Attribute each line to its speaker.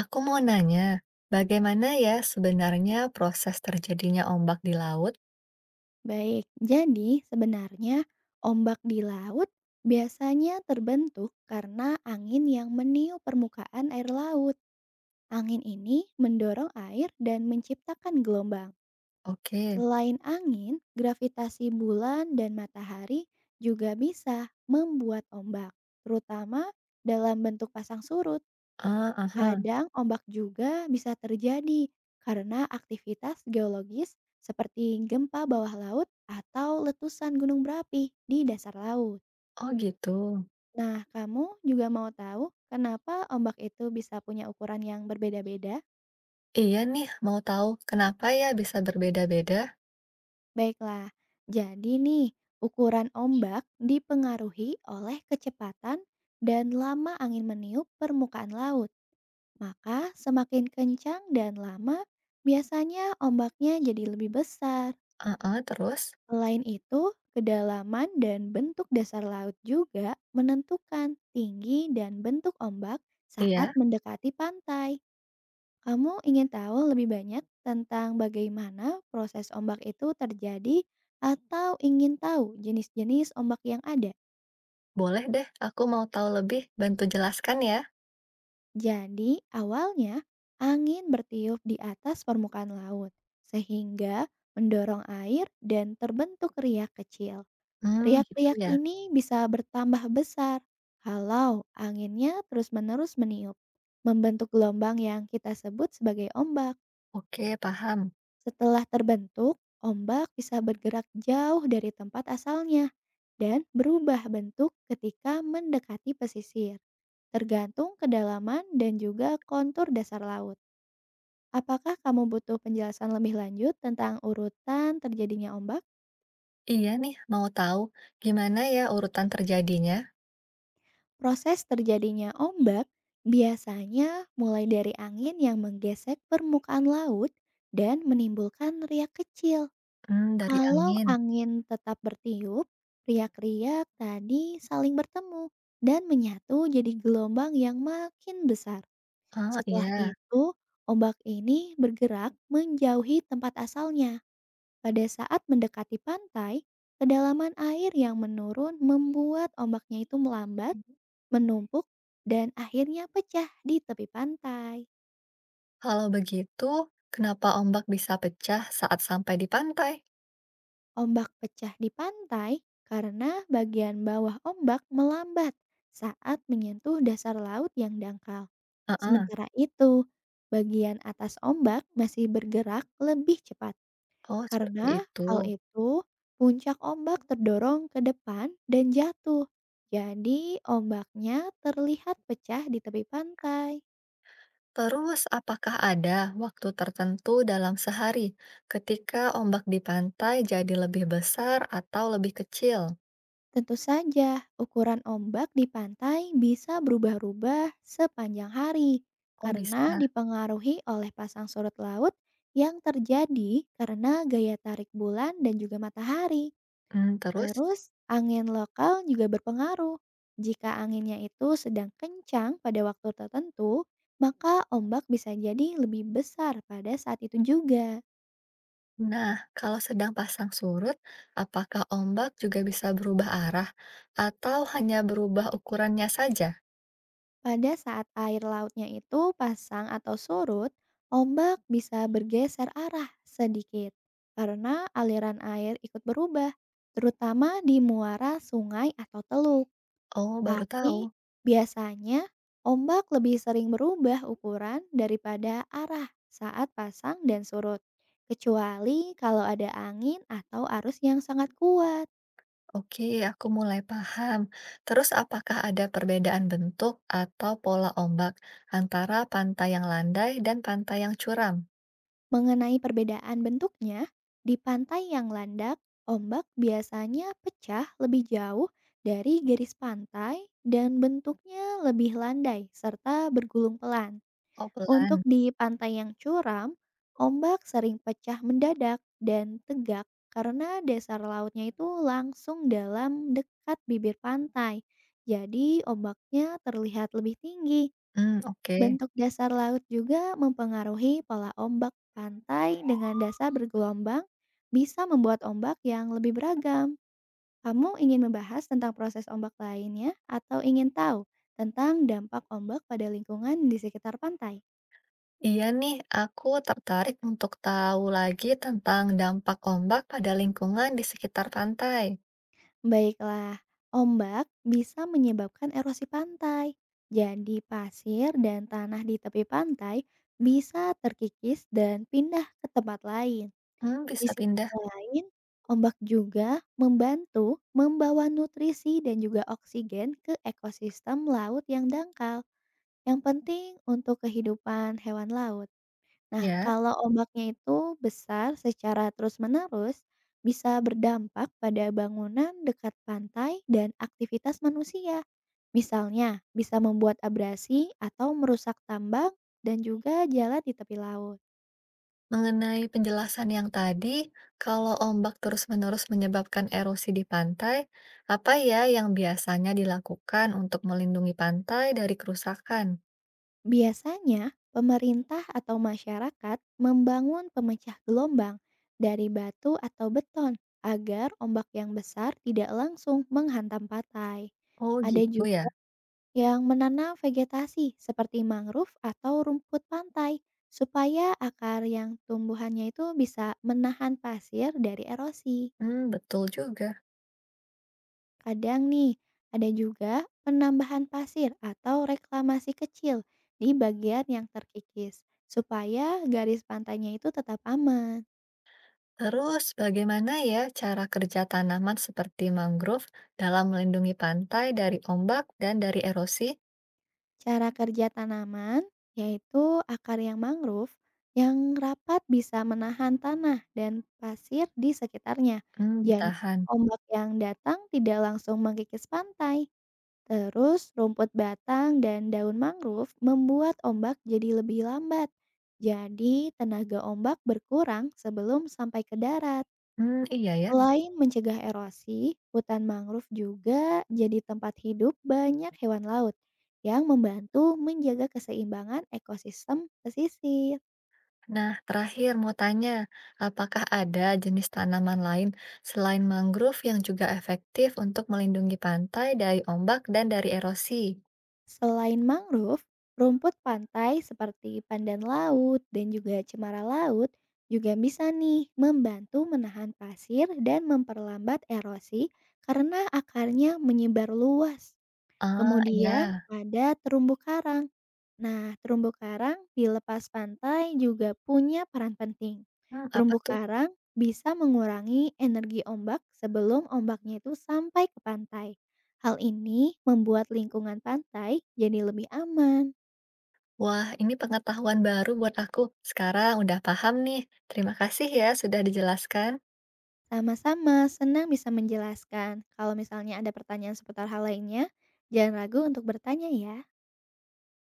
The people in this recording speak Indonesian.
Speaker 1: Aku mau nanya, bagaimana ya sebenarnya proses terjadinya ombak di laut?
Speaker 2: Baik, jadi sebenarnya ombak di laut biasanya terbentuk karena angin yang meniup permukaan air laut. Angin ini mendorong air dan menciptakan gelombang.
Speaker 1: Oke,
Speaker 2: Selain angin, gravitasi bulan dan matahari juga bisa membuat ombak, terutama dalam bentuk pasang surut.
Speaker 1: ah, aha,
Speaker 2: Kadang ombak juga bisa terjadi karena aktivitas geologis seperti gempa bawah laut atau letusan gunung berapi di dasar laut.
Speaker 1: oh gitu.
Speaker 2: Nah, kamu juga mau tahu kenapa ombak itu bisa punya ukuran yang berbeda-beda?
Speaker 1: Iya nih, mau tahu kenapa ya bisa berbeda-beda?
Speaker 2: Baiklah, jadi nih, ukuran ombak dipengaruhi oleh kecepatan dan lama angin meniup permukaan laut. Maka semakin kencang dan lama, biasanya ombaknya jadi lebih besar.
Speaker 1: Ah, ah, terus?
Speaker 2: Selain itu, kedalaman dan bentuk dasar laut juga menentukan tinggi dan bentuk ombak saat
Speaker 1: Iya,
Speaker 2: mendekati pantai. Kamu ingin tahu lebih banyak tentang bagaimana proses ombak itu terjadi atau ingin tahu jenis-jenis ombak yang ada?
Speaker 1: boleh deh, aku mau tahu lebih, bantu jelaskan ya.
Speaker 2: Jadi, awalnya angin bertiup di atas permukaan laut sehingga mendorong air dan terbentuk riak kecil.
Speaker 1: Hmm, gitu
Speaker 2: Riak-riak
Speaker 1: ya.
Speaker 2: ini bisa bertambah besar kalau anginnya terus-menerus meniup, membentuk gelombang yang kita sebut sebagai ombak.
Speaker 1: Oke, paham.
Speaker 2: Setelah terbentuk, ombak bisa bergerak jauh dari tempat asalnya dan berubah bentuk ketika mendekati pesisir, tergantung kedalaman dan juga kontur dasar laut. Apakah kamu butuh penjelasan lebih lanjut tentang urutan terjadinya ombak?
Speaker 1: Iya nih, mau tahu gimana ya urutan terjadinya?
Speaker 2: Proses terjadinya ombak biasanya mulai dari angin yang menggesek permukaan laut dan menimbulkan riak kecil.
Speaker 1: Hmm, dari
Speaker 2: Kalau
Speaker 1: angin.
Speaker 2: angin tetap bertiup, riak-riak tadi saling bertemu dan menyatu jadi gelombang yang makin besar.
Speaker 1: Ah,
Speaker 2: Setelah
Speaker 1: iya.
Speaker 2: itu, ombak ini bergerak menjauhi tempat asalnya. Pada saat mendekati pantai, kedalaman air yang menurun membuat ombaknya itu melambat, menumpuk, dan akhirnya pecah di tepi pantai.
Speaker 1: Kalau begitu, kenapa ombak bisa pecah saat sampai di pantai?
Speaker 2: Ombak pecah di pantai karena bagian bawah ombak melambat saat menyentuh dasar laut yang dangkal.
Speaker 1: Heeh.
Speaker 2: Sementara itu, bagian atas ombak masih bergerak lebih cepat.
Speaker 1: Oh, seperti
Speaker 2: Karena hal
Speaker 1: itu.
Speaker 2: itu, puncak ombak terdorong ke depan dan jatuh. Jadi, ombaknya terlihat pecah di tepi pantai.
Speaker 1: Terus, apakah ada waktu tertentu dalam sehari ketika ombak di pantai jadi lebih besar atau lebih kecil?
Speaker 2: Tentu saja, ukuran ombak di pantai bisa berubah-ubah sepanjang hari
Speaker 1: Oh,
Speaker 2: karena
Speaker 1: bisa.
Speaker 2: dipengaruhi oleh pasang surut laut yang terjadi karena gaya tarik bulan dan juga matahari.
Speaker 1: Hmm, terus?
Speaker 2: Terus, angin lokal juga berpengaruh. Jika anginnya itu sedang kencang pada waktu tertentu, maka ombak bisa jadi lebih besar pada saat itu juga.
Speaker 1: Nah, kalau sedang pasang surut, apakah ombak juga bisa berubah arah atau hanya berubah ukurannya saja?
Speaker 2: Pada saat air lautnya itu pasang atau surut, ombak bisa bergeser arah sedikit karena aliran air ikut berubah, terutama di muara sungai atau teluk.
Speaker 1: Oh, baru tahu.
Speaker 2: Tapi, biasanya ombak lebih sering berubah ukuran daripada arah saat pasang dan surut, kecuali kalau ada angin atau arus yang sangat kuat.
Speaker 1: Oke, aku mulai paham. Terus apakah ada perbedaan bentuk atau pola ombak antara pantai yang landai dan pantai yang curam?
Speaker 2: Mengenai perbedaan bentuknya, di pantai yang landak, ombak biasanya pecah lebih jauh dari garis pantai dan bentuknya lebih landai serta bergulung pelan.
Speaker 1: Oh,
Speaker 2: Untuk
Speaker 1: pelan.
Speaker 2: di pantai yang curam, ombak sering pecah mendadak dan tegak karena dasar lautnya itu langsung dalam dekat bibir pantai. Jadi ombaknya terlihat lebih tinggi.
Speaker 1: Hmm, oke.
Speaker 2: Bentuk dasar laut juga mempengaruhi pola ombak pantai dengan dasar bergelombang bisa membuat ombak yang lebih beragam. Kamu ingin membahas tentang proses ombak lainnya atau ingin tahu tentang dampak ombak pada lingkungan di sekitar pantai?
Speaker 1: Iya nih, aku tertarik untuk tahu lagi tentang dampak ombak pada lingkungan di sekitar pantai.
Speaker 2: Baiklah, ombak bisa menyebabkan erosi pantai. Jadi pasir dan tanah di tepi pantai bisa terkikis dan pindah ke tempat lain.
Speaker 1: Hmm,
Speaker 2: Di
Speaker 1: bisa
Speaker 2: sisi
Speaker 1: pindah
Speaker 2: lain, ombak juga membantu membawa nutrisi dan juga oksigen ke ekosistem laut yang dangkal, yang penting untuk kehidupan hewan laut. Nah,
Speaker 1: ya?
Speaker 2: kalau ombaknya itu besar secara terus-menerus, bisa berdampak pada bangunan dekat pantai dan aktivitas manusia. Misalnya, bisa membuat abrasi atau merusak tambang dan juga jalan di tepi laut.
Speaker 1: Mengenai penjelasan yang tadi, kalau ombak terus-menerus menyebabkan erosi di pantai, apa ya yang biasanya dilakukan untuk melindungi pantai dari kerusakan?
Speaker 2: Biasanya, pemerintah atau masyarakat membangun pemecah gelombang dari batu atau beton agar ombak yang besar tidak langsung menghantam pantai.
Speaker 1: Oh,
Speaker 2: Ada
Speaker 1: gitu
Speaker 2: juga
Speaker 1: ya.
Speaker 2: yang menanam vegetasi seperti mangrove atau rumput pantai supaya akar yang tumbuhannya itu bisa menahan pasir dari erosi.
Speaker 1: Hmm, betul juga.
Speaker 2: Kadang nih, ada juga penambahan pasir atau reklamasi kecil di bagian yang terkikis supaya garis pantainya itu tetap aman.
Speaker 1: Terus, bagaimana ya cara kerja tanaman seperti mangrove dalam melindungi pantai dari ombak dan dari erosi?
Speaker 2: Cara kerja tanaman yaitu akar yang mangrove yang rapat bisa menahan tanah dan pasir di sekitarnya.
Speaker 1: Hmm,
Speaker 2: Jadi
Speaker 1: ditahan.
Speaker 2: ombak yang datang tidak langsung mengkikis pantai. Terus rumput batang dan daun mangrove membuat ombak jadi lebih lambat. Jadi tenaga ombak berkurang sebelum sampai ke darat.
Speaker 1: Hmm, iya ya.
Speaker 2: Selain mencegah erosi, hutan mangrove juga jadi tempat hidup banyak hewan laut yang membantu menjaga keseimbangan ekosistem pesisir.
Speaker 1: Nah, terakhir mau tanya, apakah ada jenis tanaman lain selain mangrove yang juga efektif untuk melindungi pantai dari ombak dan dari erosi?
Speaker 2: Selain mangrove, rumput pantai seperti pandan laut dan juga cemara laut juga bisa nih membantu menahan pasir dan memperlambat erosi karena akarnya menyebar luas.
Speaker 1: Ah,
Speaker 2: Kemudian
Speaker 1: iya.
Speaker 2: ada terumbu karang. Nah, terumbu karang di lepas pantai juga punya peran penting.
Speaker 1: Hmm, apa
Speaker 2: Terumbu
Speaker 1: tuh?
Speaker 2: karang bisa mengurangi energi ombak sebelum ombaknya itu sampai ke pantai. Hal ini membuat lingkungan pantai jadi lebih aman.
Speaker 1: Wah, ini pengetahuan baru buat aku. Sekarang udah paham nih. Terima kasih ya sudah dijelaskan.
Speaker 2: Sama-sama, senang bisa menjelaskan. Kalau misalnya ada pertanyaan seputar hal lainnya, jangan ragu untuk bertanya ya.